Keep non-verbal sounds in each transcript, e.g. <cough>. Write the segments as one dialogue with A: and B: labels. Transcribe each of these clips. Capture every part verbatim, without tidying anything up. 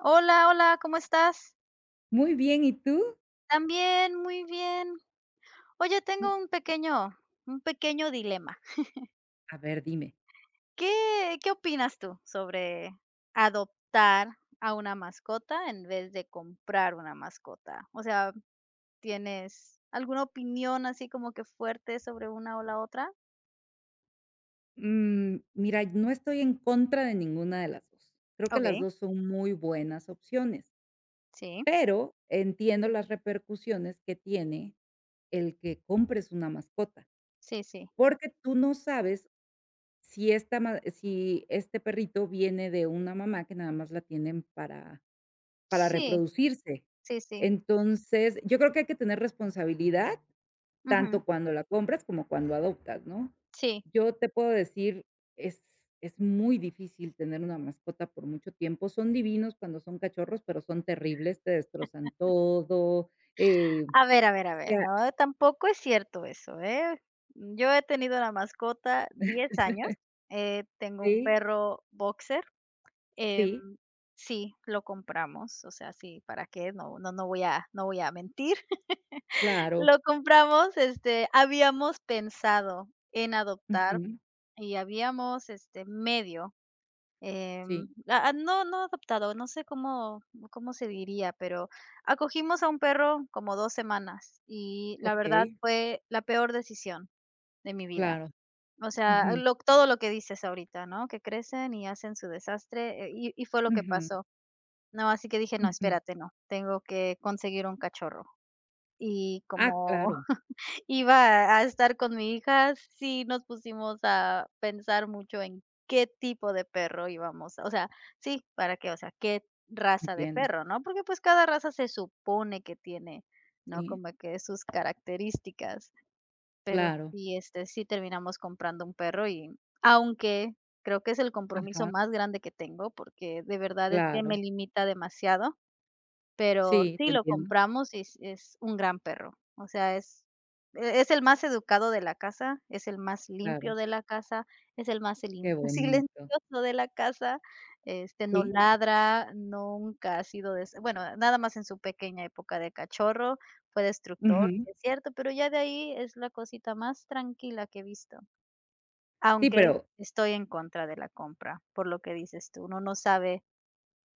A: Hola, hola, ¿cómo estás?
B: Muy bien, ¿y tú?
A: También, muy bien. Oye,
B: Y
A: tengo un pequeño un pequeño dilema.
B: A ver, dime.
A: ¿Qué qué opinas tú sobre adoptar a una mascota en vez de comprar una mascota? O sea, ¿tienes alguna opinión así como que fuerte sobre una o la otra?
B: Mm, mira, no estoy en contra de ninguna de las dos. Creo que las
A: Okey,
B: dos son muy buenas opciones,
A: sí,
B: pero entiendo las repercusiones que tiene el que compres una mascota,
A: sí, sí.
B: porque tú no sabes si esta ma si este perrito viene de una mamá que nada más la tienen para para
A: Sí,
B: reproducirse.
A: sí, sí.
B: Entonces, yo creo que hay que tener responsabilidad
A: Ujú,
B: tanto cuando la compras como cuando adoptas, ¿no?
A: sí.
B: Yo te puedo decir, es es muy difícil tener una mascota por mucho tiempo. Son divinos cuando son cachorros, pero son terribles, te destrozan todo, eh,
A: A ver, a ver, a
B: o
A: ver,
B: sea,
A: no, tampoco es cierto eso, ¿eh? Yo he tenido una mascota diez años, eh, tengo un
B: sí,
A: perro boxer, em,
B: sí,
A: sí, lo compramos, o sea, sí, ¿para qué? No, no, no voy a, no voy a mentir. <laughs>
B: claro.
A: Lo compramos, este, habíamos pensado en adoptar
B: Ujú.
A: y habíamos, este, medio.
B: Sí,
A: Em, ah, ah, no, no adoptado, no sé cómo cómo se diría, pero acogimos a un perro como dos semanas y la verdad
B: okey,
A: fue la peor decisión de mi vida.
B: claro.
A: O sea,
B: Ujú,
A: lo todo lo que dices ahorita, ¿no? Que crecen y hacen su desastre, eh, y y fue lo que
B: ujú,
A: pasó. No, así que dije: "No,
B: ujú.
A: espérate, no, tengo que conseguir un cachorro". Y
B: Ah,
A: como
B: claro,
A: iba a estar con mi hija, sí nos pusimos a pensar mucho en qué tipo de perro íbamos, o sea, sí, para qué, o sea, qué raza de
B: entiendo.
A: perro, ¿no? Porque, pues, cada raza se supone que tiene, ¿no?
B: Sí,
A: Como que sus características, pero
B: claro.
A: sí, este, sí terminamos comprando un perro. Y aunque creo que es el compromiso
B: Ajá,
A: más grande que tengo, porque de verdad es que
B: claro.
A: me limita demasiado. Pero
B: Sí, te
A: sí, lo
B: entiendo.
A: compramos y es es un gran perro. O sea, es e es el más educado de la casa, es el más
B: Claro,
A: limpio de la casa, es el más
B: qué
A: silin <laughs>
B: bonito.
A: silencioso de la casa, este, no
B: Sí,
A: ladra, nunca ha sido des, bueno, nada más en su pequeña época de cachorro, fue destructor,
B: ujú.
A: sí es cierto, pero ya de ahí es la cosita más tranquila que he visto.
B: Sí,
A: Aunque
B: pero
A: estoy en contra de la compra, por lo que dices tú, uno no sabe,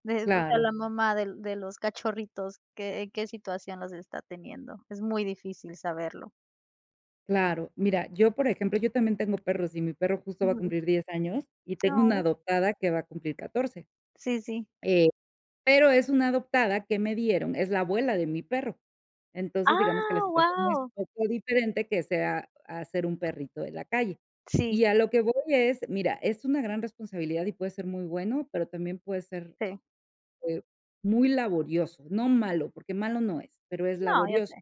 A: de o sea,
B: claro,
A: la mamá de de los cachorritos, ¿qué, en qué situación los está teniendo? Es muy difícil saberlo.
B: claro. Mira, yo, por ejemplo, yo también tengo perros y mi perro justo va a
A: Ujú.
B: cumplir diez años y tengo una
A: No.
B: adoptada que va a cumplir catorce.
A: Sí, sí.
B: eh, pero es una adoptada que me dieron, es la abuela de mi perro. Entonces, digamos que la
A: ¡Ah,
B: situación es
A: wow!
B: un poco diferente que sea hacer un perrito de la calle. Y
A: Sí,
B: a lo que voy es, mira, es una gran responsabilidad y puede ser muy bueno, pero también puede ser,
A: sí.
B: eh, muy laborioso, no malo, porque malo no es, pero es
A: No, ya sé.
B: laborioso.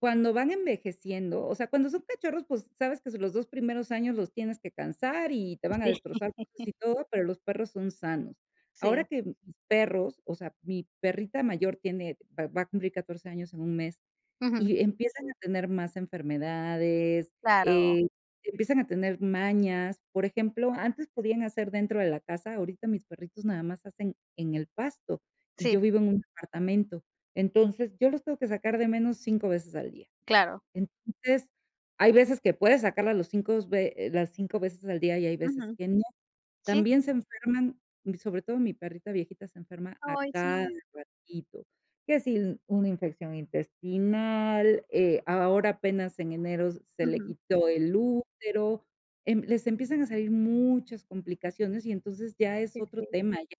B: Cuando van envejeciendo, o sea, cuando son cachorros, pues, sabes que los dos primeros años los tienes que cansar y te van a
A: <laughs> Sí.
B: destrozar cosas y todo, pero los perros son sanos. Ahora
A: Sí,
B: que mis perros, o sea, mi perrita mayor tiene va va a cumplir catorce años en un mes,
A: ujú,
B: y empiezan a tener más enfermedades,
A: claro,
B: eh, empiezan a tener mañas. Por ejemplo, antes podían hacer dentro de la casa, ahorita mis perritos nada más hacen en el pasto, y yo
A: sí,
B: vivo en un departamento. Entonces, yo los tengo que sacar de menos cinco veces al día.
A: claro.
B: Entonces, hay veces que puedes sacarlas los cinco ve eh, las cinco veces al día y hay
A: Ujú,
B: veces que no.
A: sí.
B: También se enferman, y sobre todo mi perrita viejita se enferma a
A: Ay,
B: cada
A: sí.
B: ratito, que si una infección intestinal, eh, ahora apenas en enero se le
A: Ujú,
B: quitó el útero, em, les empiezan a salir muchas complicaciones y entonces ya es
A: sí,
B: otro
A: sí,
B: tema, ya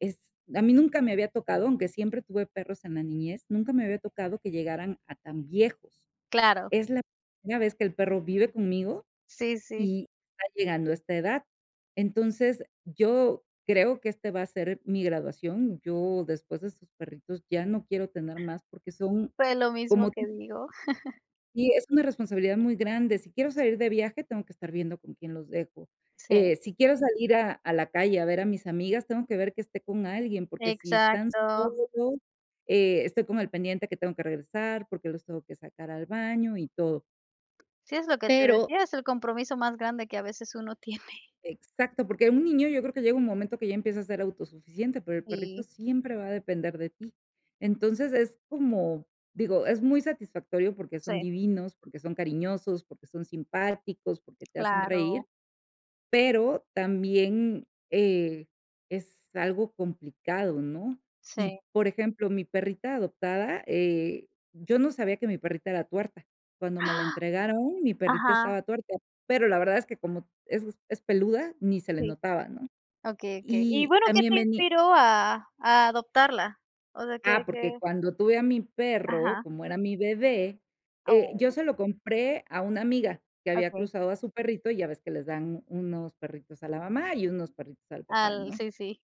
B: es a mí nunca me había tocado, aunque siempre tuve perros en la niñez, nunca me había tocado que llegaran a tan viejos.
A: claro,
B: Es la primera vez que el perro vive conmigo
A: sí, sí,
B: y está llegando a esta edad. Entonces, yo creo que este va a ser mi graduación. Yo, después de estos perritos, ya no quiero tener más porque son
A: fue lo mismo
B: como
A: que digo.
B: y es una responsabilidad muy grande. Si quiero salir de viaje, tengo que estar viendo con quién los dejo.
A: Sí.
B: Eh, si quiero salir a a la calle a ver a mis amigas, tengo que ver que esté con alguien, porque si están
A: Exacto.
B: solos, eh, estoy con el pendiente que tengo que regresar, porque los tengo que sacar al baño y todo.
A: Sí, es lo que te
B: Pero
A: decía, es el compromiso más grande que a veces uno <laughs> tiene.
B: Exacto, porque un niño yo creo que llega un momento que ya empieza a ser autosuficiente, pero el perrito
A: Sí,
B: siempre va a depender de ti. Entonces, es como, digo, es muy satisfactorio porque son
A: sí.
B: divinos, porque son cariñosos, porque son simpáticos, porque te hacen reír,
A: Claro,
B: pero también, eh, es algo complicado, ¿no? Y,
A: sí.
B: por ejemplo, mi perrita adoptada, eh, yo no sabía que mi perrita era tuerta. Cuando me la
A: ¡Ah!
B: entregaron, mi perrita
A: Ajá,
B: estaba tuerta, pero la verdad es que como es es peluda, ni se le
A: sí,
B: notaba, ¿no?
A: okey, okey. Y
B: Y
A: bueno, ¿qué
B: también
A: te
B: venía,
A: inspiró a a adoptarla? O sea, ¿qué
B: ah, porque
A: qué?
B: cuando tuve a mi perro,
A: Ajá.
B: como era mi bebé, eh, yo
A: Oh,
B: se lo compré a una amiga que había
A: okey.
B: cruzado a su perrito, y ya ves que les dan unos perritos a la mamá y unos perritos al papá,
A: Al
B: ¿no?
A: sí, sí.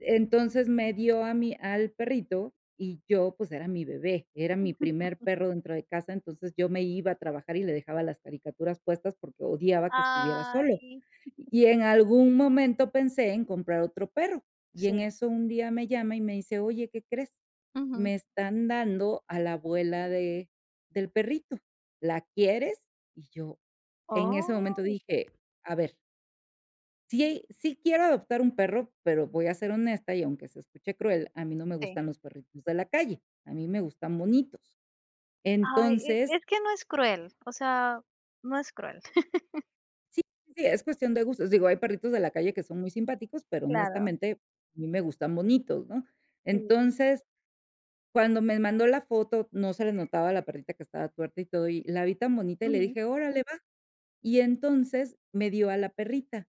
B: Entonces, me dio a mí al perrito y yo, pues, era mi bebé, era mi primer perro dentro de casa, entonces, yo me iba a trabajar y le dejaba las caricaturas puestas porque odiaba que estuviera solo.
A: Ay,
B: Y en algún momento pensé en comprar otro perro, y en
A: sí.
B: eso un día me llama y me dice: "Oye, ¿qué crees?
A: Ujú.
B: Me están dando a la abuela de del perrito, ¿la quieres?". Y yo en ese momento
A: Oh,
B: dije: "A ver". Sí, sí quiero adoptar un perro, pero voy a ser honesta y aunque se escuche cruel, a mí no me
A: sí.
B: gustan los perritos de la calle, a mí me gustan bonitos.
A: Ay, e
B: Entonces,
A: es que no es cruel, o sea, no es cruel.
B: sí, sí, sí, es cuestión de gustos. Digo, hay perritos de la calle que son muy simpáticos, pero
A: Claro,
B: honestamente a mí me gustan bonitos, ¿no?
A: sí.
B: Entonces, cuando me mandó la foto, no se le notaba a la perrita que estaba tuerta y todo, y la vi tan bonita y le
A: Ujú.
B: dije: "Órale, va". Y entonces me dio a la perrita.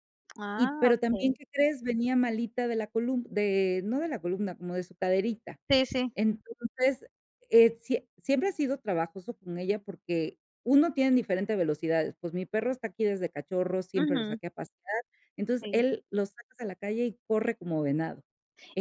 B: Y
A: Ah,
B: pero también,
A: okey.
B: ¿qué crees? Venía malita de la columna, de no de la columna, como de su caderita.
A: Sí, sí.
B: Entonces, eh, sie siempre ha sido trabajoso con ella porque uno tiene diferentes velocidades. Pues mi perro está aquí desde cachorro, siempre lo
A: Ujú,
B: saqué a pasear. Entonces,
A: sí.
B: él lo sacas a la calle y corre como venado.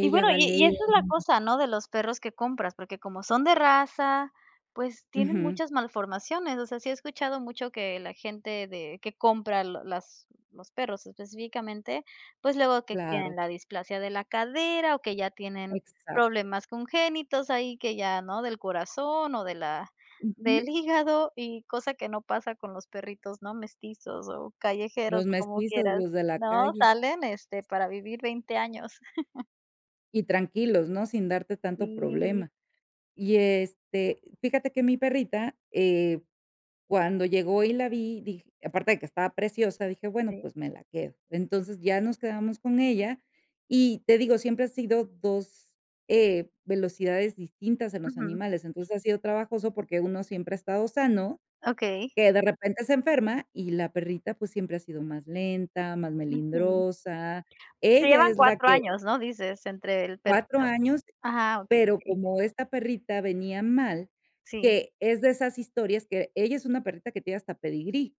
A: Y bueno,
B: va
A: y y esa
B: lento.
A: es la cosa, ¿no?, de los perros que compras, porque como son de raza, pues tienen
B: Ujú,
A: muchas malformaciones. O sea, sí he escuchado mucho que la gente de que compra lo las los perros específicamente, pues luego que
B: claro,
A: tienen la displasia de la cadera, o que ya tienen
B: exacto,
A: problemas congénitos ahí que ya, ¿no?, del corazón o de la del
B: ujú.
A: <laughs> hígado, y cosa que no pasa con los perritos, ¿no?, mestizos o callejeros
B: Los
A: o como
B: mestizos,
A: quieras,
B: los de la
A: ¿no?
B: calle
A: Salen, este, para vivir veinte años.
B: y tranquilos, ¿no? Sin darte tanto
A: Sí,
B: problema. Y, este, fíjate que mi perrita, eh cuando llegó y la vi, dije aparte de que estaba preciosa, dije: "Bueno,
A: sí.
B: pues me la quedo". Entonces, ya nos quedamos con ella y te digo, siempre ha sido dos eh, velocidades distintas en los
A: Ujú.
B: animales. Entonces, ha sido trabajoso porque uno siempre ha estado sano,
A: Okey.
B: que de repente se enferma, y la perrita, pues, siempre ha sido más lenta, más
A: Ujú.
B: melindrosa.
A: Se
B: Ella
A: llevan
B: es la
A: cuatro
B: que
A: años, ¿no?, dices, entre el
B: cuatro
A: perrito
B: años,
A: ajá, okey,
B: pero
A: okey.
B: como esta perrita venía mal,
A: Sí.
B: que es de esas historias que ella es una perrita que tiene hasta pedigrí.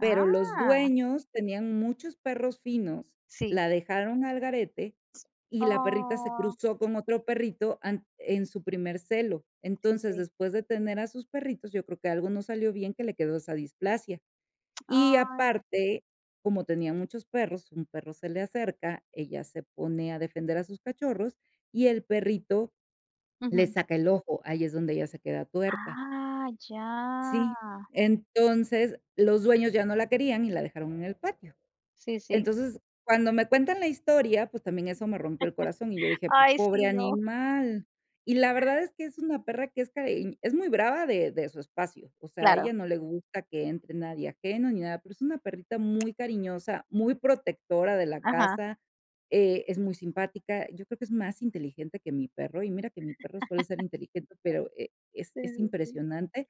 B: Pero los
A: Ah,
B: dueños tenían muchos perros finos,
A: sí.
B: la dejaron al garete y la perrita se
A: Oh,
B: cruzó con otro perrito an en su primer celo.
A: sí,
B: Entonces,
A: sí.
B: después de tener a sus perritos, yo creo que algo no salió bien, que le quedó esa displasia. Y
A: Ay.
B: aparte, como tenía muchos perros, un perro se le acerca, ella se pone a defender a sus cachorros y el perrito le
A: Ujú.
B: saca el ojo, ahí es donde ella se queda tuerta.
A: Ah, ya.
B: Sí, entonces los dueños ya no la querían y la dejaron en el patio.
A: Sí, sí.
B: Entonces, cuando me cuentan la historia, pues, también eso me rompió el corazón, y yo dije: "Pues,
A: Ay,
B: pobre
A: sí, no.
B: animal". Y la verdad es que es una perra que es cari es muy brava de de su espacio, o sea, a
A: Claro.
B: ella no le gusta que entre nadie ajeno ni nada, pero es una perrita muy cariñosa, muy protectora de la
A: Ajá.
B: casa, eh, es muy simpática. Yo creo que es más inteligente que mi perro, y mira que mi perro suele ser inteligente, pero, eh, es
A: Sí,
B: es
A: sí, sí.
B: impresionante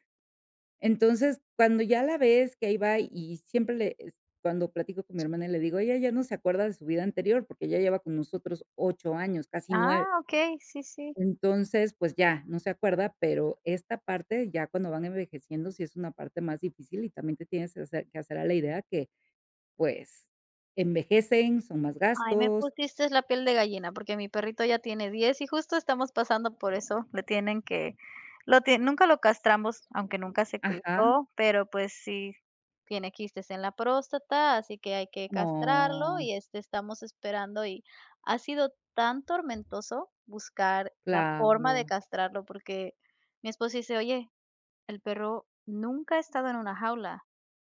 B: entonces, cuando ya la ves que ahí va y siempre le es cuando platico con mi hermana y le digo: "Ella ya no se acuerda de su vida anterior, porque ella lleva con nosotros ocho años, casi nueve.
A: Ah, okey, sí, sí.
B: Entonces, pues ya, no se acuerda, pero esta parte ya cuando van envejeciendo, sí es una parte más difícil y también te tienes que hacer que hacer a la idea que, pues, envejecen, son más
A: Ay, me
B: gastos.
A: pusiste la piel de gallina, porque mi perrito ya tiene diez y justo estamos pasando por eso. Le tienen que lo tie nunca lo castramos, aunque nunca se
B: Ajá.
A: cruzó, pero, pues, sí tiene quistes en la próstata, así que hay que castrarlo
B: Oh,
A: y, este, estamos esperando y ha sido tan tormentoso buscar la forma de
B: claro,
A: castrarlo, porque mi esposo dice: "Oye, el perro nunca ha estado en una jaula,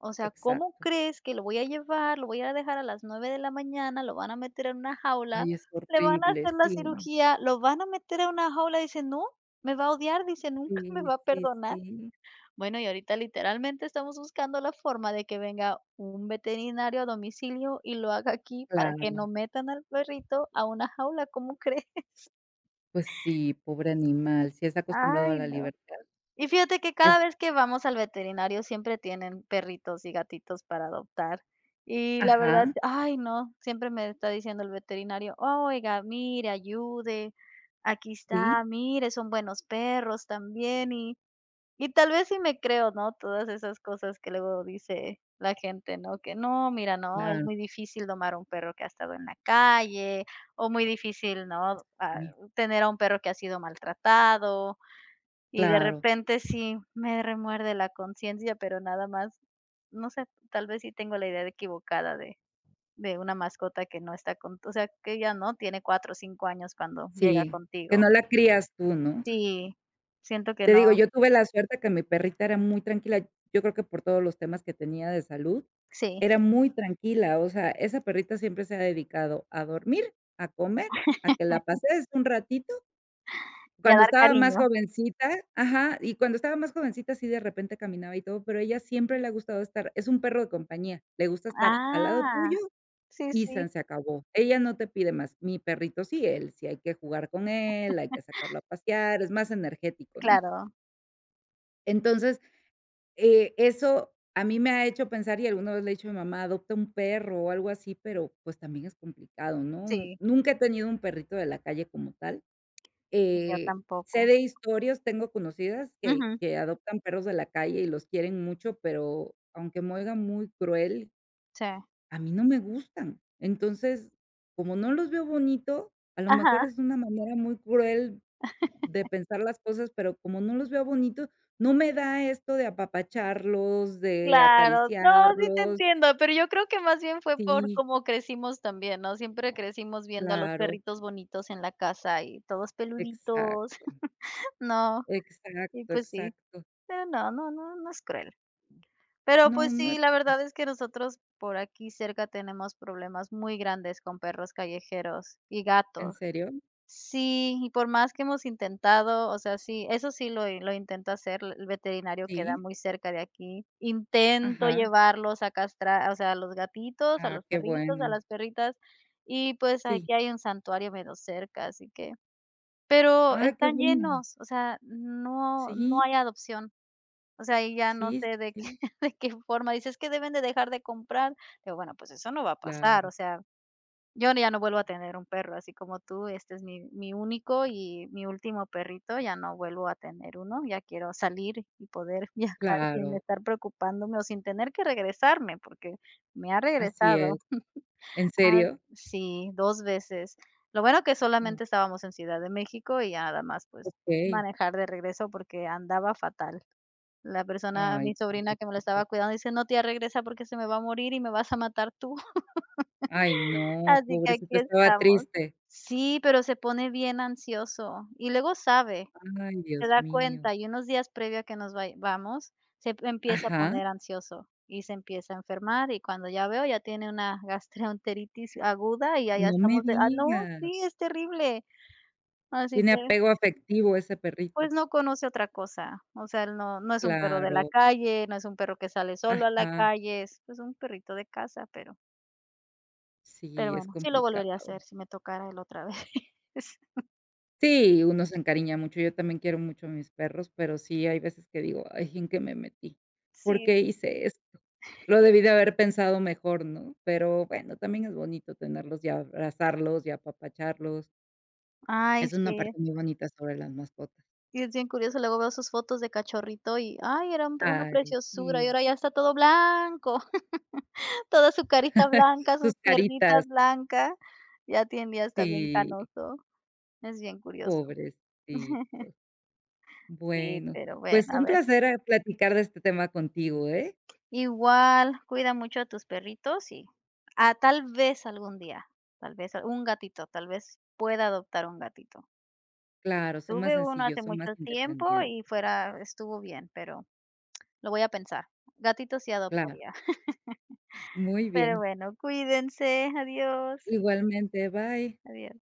A: o sea, ¿cómo
B: exacto.
A: crees que lo voy a llevar? Lo voy a dejar a las nueve de la mañana, lo van a meter en una jaula,
B: Ay, es
A: le van a
B: horrible,
A: hacer la
B: sí,
A: cirugía, lo van a meter en una jaula. Dice, no, me va a odiar, dice, nunca me
B: sí,
A: va a
B: sí,
A: perdonar".
B: sí,
A: Bueno, y ahorita literalmente estamos buscando la forma de que venga un veterinario a domicilio y lo haga aquí para que
B: claro.
A: no metan al perrito a una jaula. ¿Cómo crees? <laughs>
B: Pues sí, pobre animal, si es acostumbrado a
A: Ay,
B: la
A: no.
B: libertad,
A: Y fíjate que
B: es
A: cada vez que vamos al veterinario siempre tienen perritos y gatitos para adoptar. Y la verdad,
B: ajá,
A: ay no, siempre me está diciendo el veterinario: "Oiga, mire, ayude, aquí
B: sí,
A: está, mire, son buenos perros también", y y tal vez sí me creo, ¿no? Todas esas cosas que luego dice la gente, ¿no? Que no, mira, no, es
B: claro.
A: muy difícil domar a un perro que ha estado en la calle, o muy difícil, ¿no?
B: Eso
A: Ah,
B: sí.
A: tener a un perro que ha sido maltratado, y de
B: Claro,
A: repente sí me remuerde la conciencia, pero nada más, no sé, tal vez sí tengo la idea de equivocada de de una mascota que no está con, o sea, que ya no tiene cuatro o cinco años cuando llega
B: sí, que
A: contigo.
B: no la crías tú, ¿no?
A: Sí, siento que
B: Te
A: no
B: digo, yo tuve la suerte que mi perrita era muy tranquila, yo creo que por todos los temas que tenía de salud,
A: sí,
B: era muy tranquila, o sea, esa perrita siempre se ha dedicado a dormir, a comer, a que la pasees un ratito.
A: y a
B: Cuando
A: dar
B: estaba más
A: cariño.
B: jovencita, ajá, y cuando estaba más jovencita, sí de repente caminaba y todo, pero ella siempre le ha gustado estar, es un perro de compañía, le gusta estar al lado
A: Ah,
B: tuyo
A: sí,
B: y
A: sí,
B: san se acabó. Ella no te pide más. Mi perrito sí, él sí hay que jugar con él, hay que sacarlo a pasear, es más energético, ¿no?
A: claro,
B: Entonces, eh, eso a mí me ha hecho pensar, y alguna vez le he dicho a mi mamá: "Adopta un perro", o algo así, pero, pues, también es complicado, ¿no?
A: sí,
B: Nunca he tenido un perrito de la calle como tal.
A: y yo
B: Eh, sé
A: tampoco.
B: de historias, tengo conocidas que
A: Ujú,
B: que adoptan perros de la calle y los quieren mucho, pero aunque muega muy cruel,
A: sí.
B: a mí no me gustan. Entonces, como no los veo bonito, a lo mejor
A: Ajá.
B: es una manera muy cruel de pensar las cosas, pero como no los veo bonito, no me da esto de apapacharlos, de
A: Claro, no, sí te
B: acariciarlos.
A: entiendo, pero yo creo que más bien fue por
B: Sí,
A: cómo crecimos también, ¿no? Siempre crecimos viendo a los
B: claro,
A: perritos bonitos en la casa y todos peluditos,
B: exacto,
A: <laughs> ¿no? Y
B: exacto,
A: pues sí,
B: exacto.
A: pero no, no, no, no es cruel. Pero
B: No,
A: pues
B: no
A: sí,
B: es.
A: la verdad es que nosotros por aquí cerca tenemos problemas muy grandes con perros callejeros y
B: ¿En
A: gatos.
B: serio?
A: Sí, y por más que hemos intentado, o sea, sí, eso sí lo lo intento hacer, l- el veterinario queda
B: Sí,
A: muy cerca de aquí. Intento
B: ajá.
A: llevarlos a castrar, o sea, a los gatitos, a
B: Ah,
A: los
B: qué
A: perritos,
B: bueno.
A: a las perritas, y pues
B: Sí.
A: aquí hay un santuario medio cerca, así que pero
B: Ah, qué
A: están
B: bueno.
A: llenos, o sea, no no
B: Sí,
A: hay adopción. O sea, y ya no
B: sí,
A: sé de qué
B: sí,
A: <laughs> de qué forma. Dices que deben de dejar de comprar". Digo: "Bueno, pues eso no va a pasar", o
B: claro,
A: sea, yo ya no vuelvo a tener un perro, así como tú, este es mi mi único y mi último perrito, ya no vuelvo a tener uno, ya quiero salir y poder <laughs> viajar sin
B: claro,
A: estar preocupándome o sin tener que regresarme, porque me ha
B: así es.
A: regresado.
B: ¿En
A: Ah,
B: serio?
A: sí, dos veces. Lo bueno que
B: Mm,
A: solamente estábamos en Ciudad de México y ya nada más, pues,
B: okey.
A: manejar de regreso porque andaba fatal. La persona
B: Ay,
A: mi sobrina que me lo
B: pobrecito.
A: estaba cuidando dice: "No, tía, regresa porque se me va a morir y me vas a matar tú".
B: Ay, no,
A: Así que
B: pobrecito,
A: aquí
B: estaba
A: estamos.
B: triste.
A: Sí, pero se pone bien ansioso y luego sabe,
B: Ay,
A: se
B: Dios
A: da
B: mío.
A: cuenta y unos días previo a que nos vay vamos, se p- empieza a
B: Ajá,
A: poner ansioso y se empieza a enfermar y cuando ya veo ya tiene una <laughs> gastroenteritis aguda y ya ya
B: no me
A: estamos de: "Ah, no,
B: digas.
A: sí, es terrible". Así
B: Tiene
A: que,
B: apego afectivo ese perrito.
A: pues, no conoce otra cosa, o sea, él no no es un perro de la
B: Claro,
A: calle, no es un perro que sale solo a la
B: ajá.
A: calle, es, pues, un perrito de casa, pero pero
B: Sí, es
A: bueno, sí lo volvería a
B: complicado.
A: hacer si me tocara él otra vez. <laughs>
B: Sí, uno se encariña mucho. Yo también quiero mucho a mis perros, pero sí hay veces que digo: "Ay, ¿en qué me metí? ¿Por
A: Sí,
B: qué
A: sí.
B: hice esto? Lo debí de haber pensado mejor", ¿no? Pero bueno, también es bonito tenerlos y abrazarlos y apapacharlos.
A: Ay,
B: Es una
A: sí.
B: parte muy bonita sobre las mascotas.
A: Sí, es bien curioso, luego veo sus fotos de cachorrito y, ay, era un- una
B: Ay,
A: preciosura y
B: sí.
A: ahora ya está todo blanco, <laughs> toda su carita
B: <laughs>
A: blanca,
B: Sus
A: sus
B: caritas.
A: piernitas blancas, ya tiene, ya está bien
B: Sí,
A: canoso, es bien curioso.
B: pobres, sí.
A: <laughs> Sí,
B: Bueno,
A: pero bueno,
B: pues
A: a
B: un
A: ver,
B: placer, eh, platicar de este tema contigo, ¿eh?
A: igual cuida mucho a tus perritos y ah, tal vez algún día, tal vez a- un gatito, tal vez pueda adoptar un gatito.
B: Claro, son más
A: Tuve uno
B: sencillos,
A: hace
B: son más
A: mucho tiempo
B: independientes.
A: y fuera, estuvo bien, pero lo voy a pensar. Gatitos sí
B: Claro.
A: adoptaría. <laughs>
B: Muy
A: Pero
B: bien.
A: bueno, cuídense. Adiós.
B: Igualmente, bye.
A: Adiós.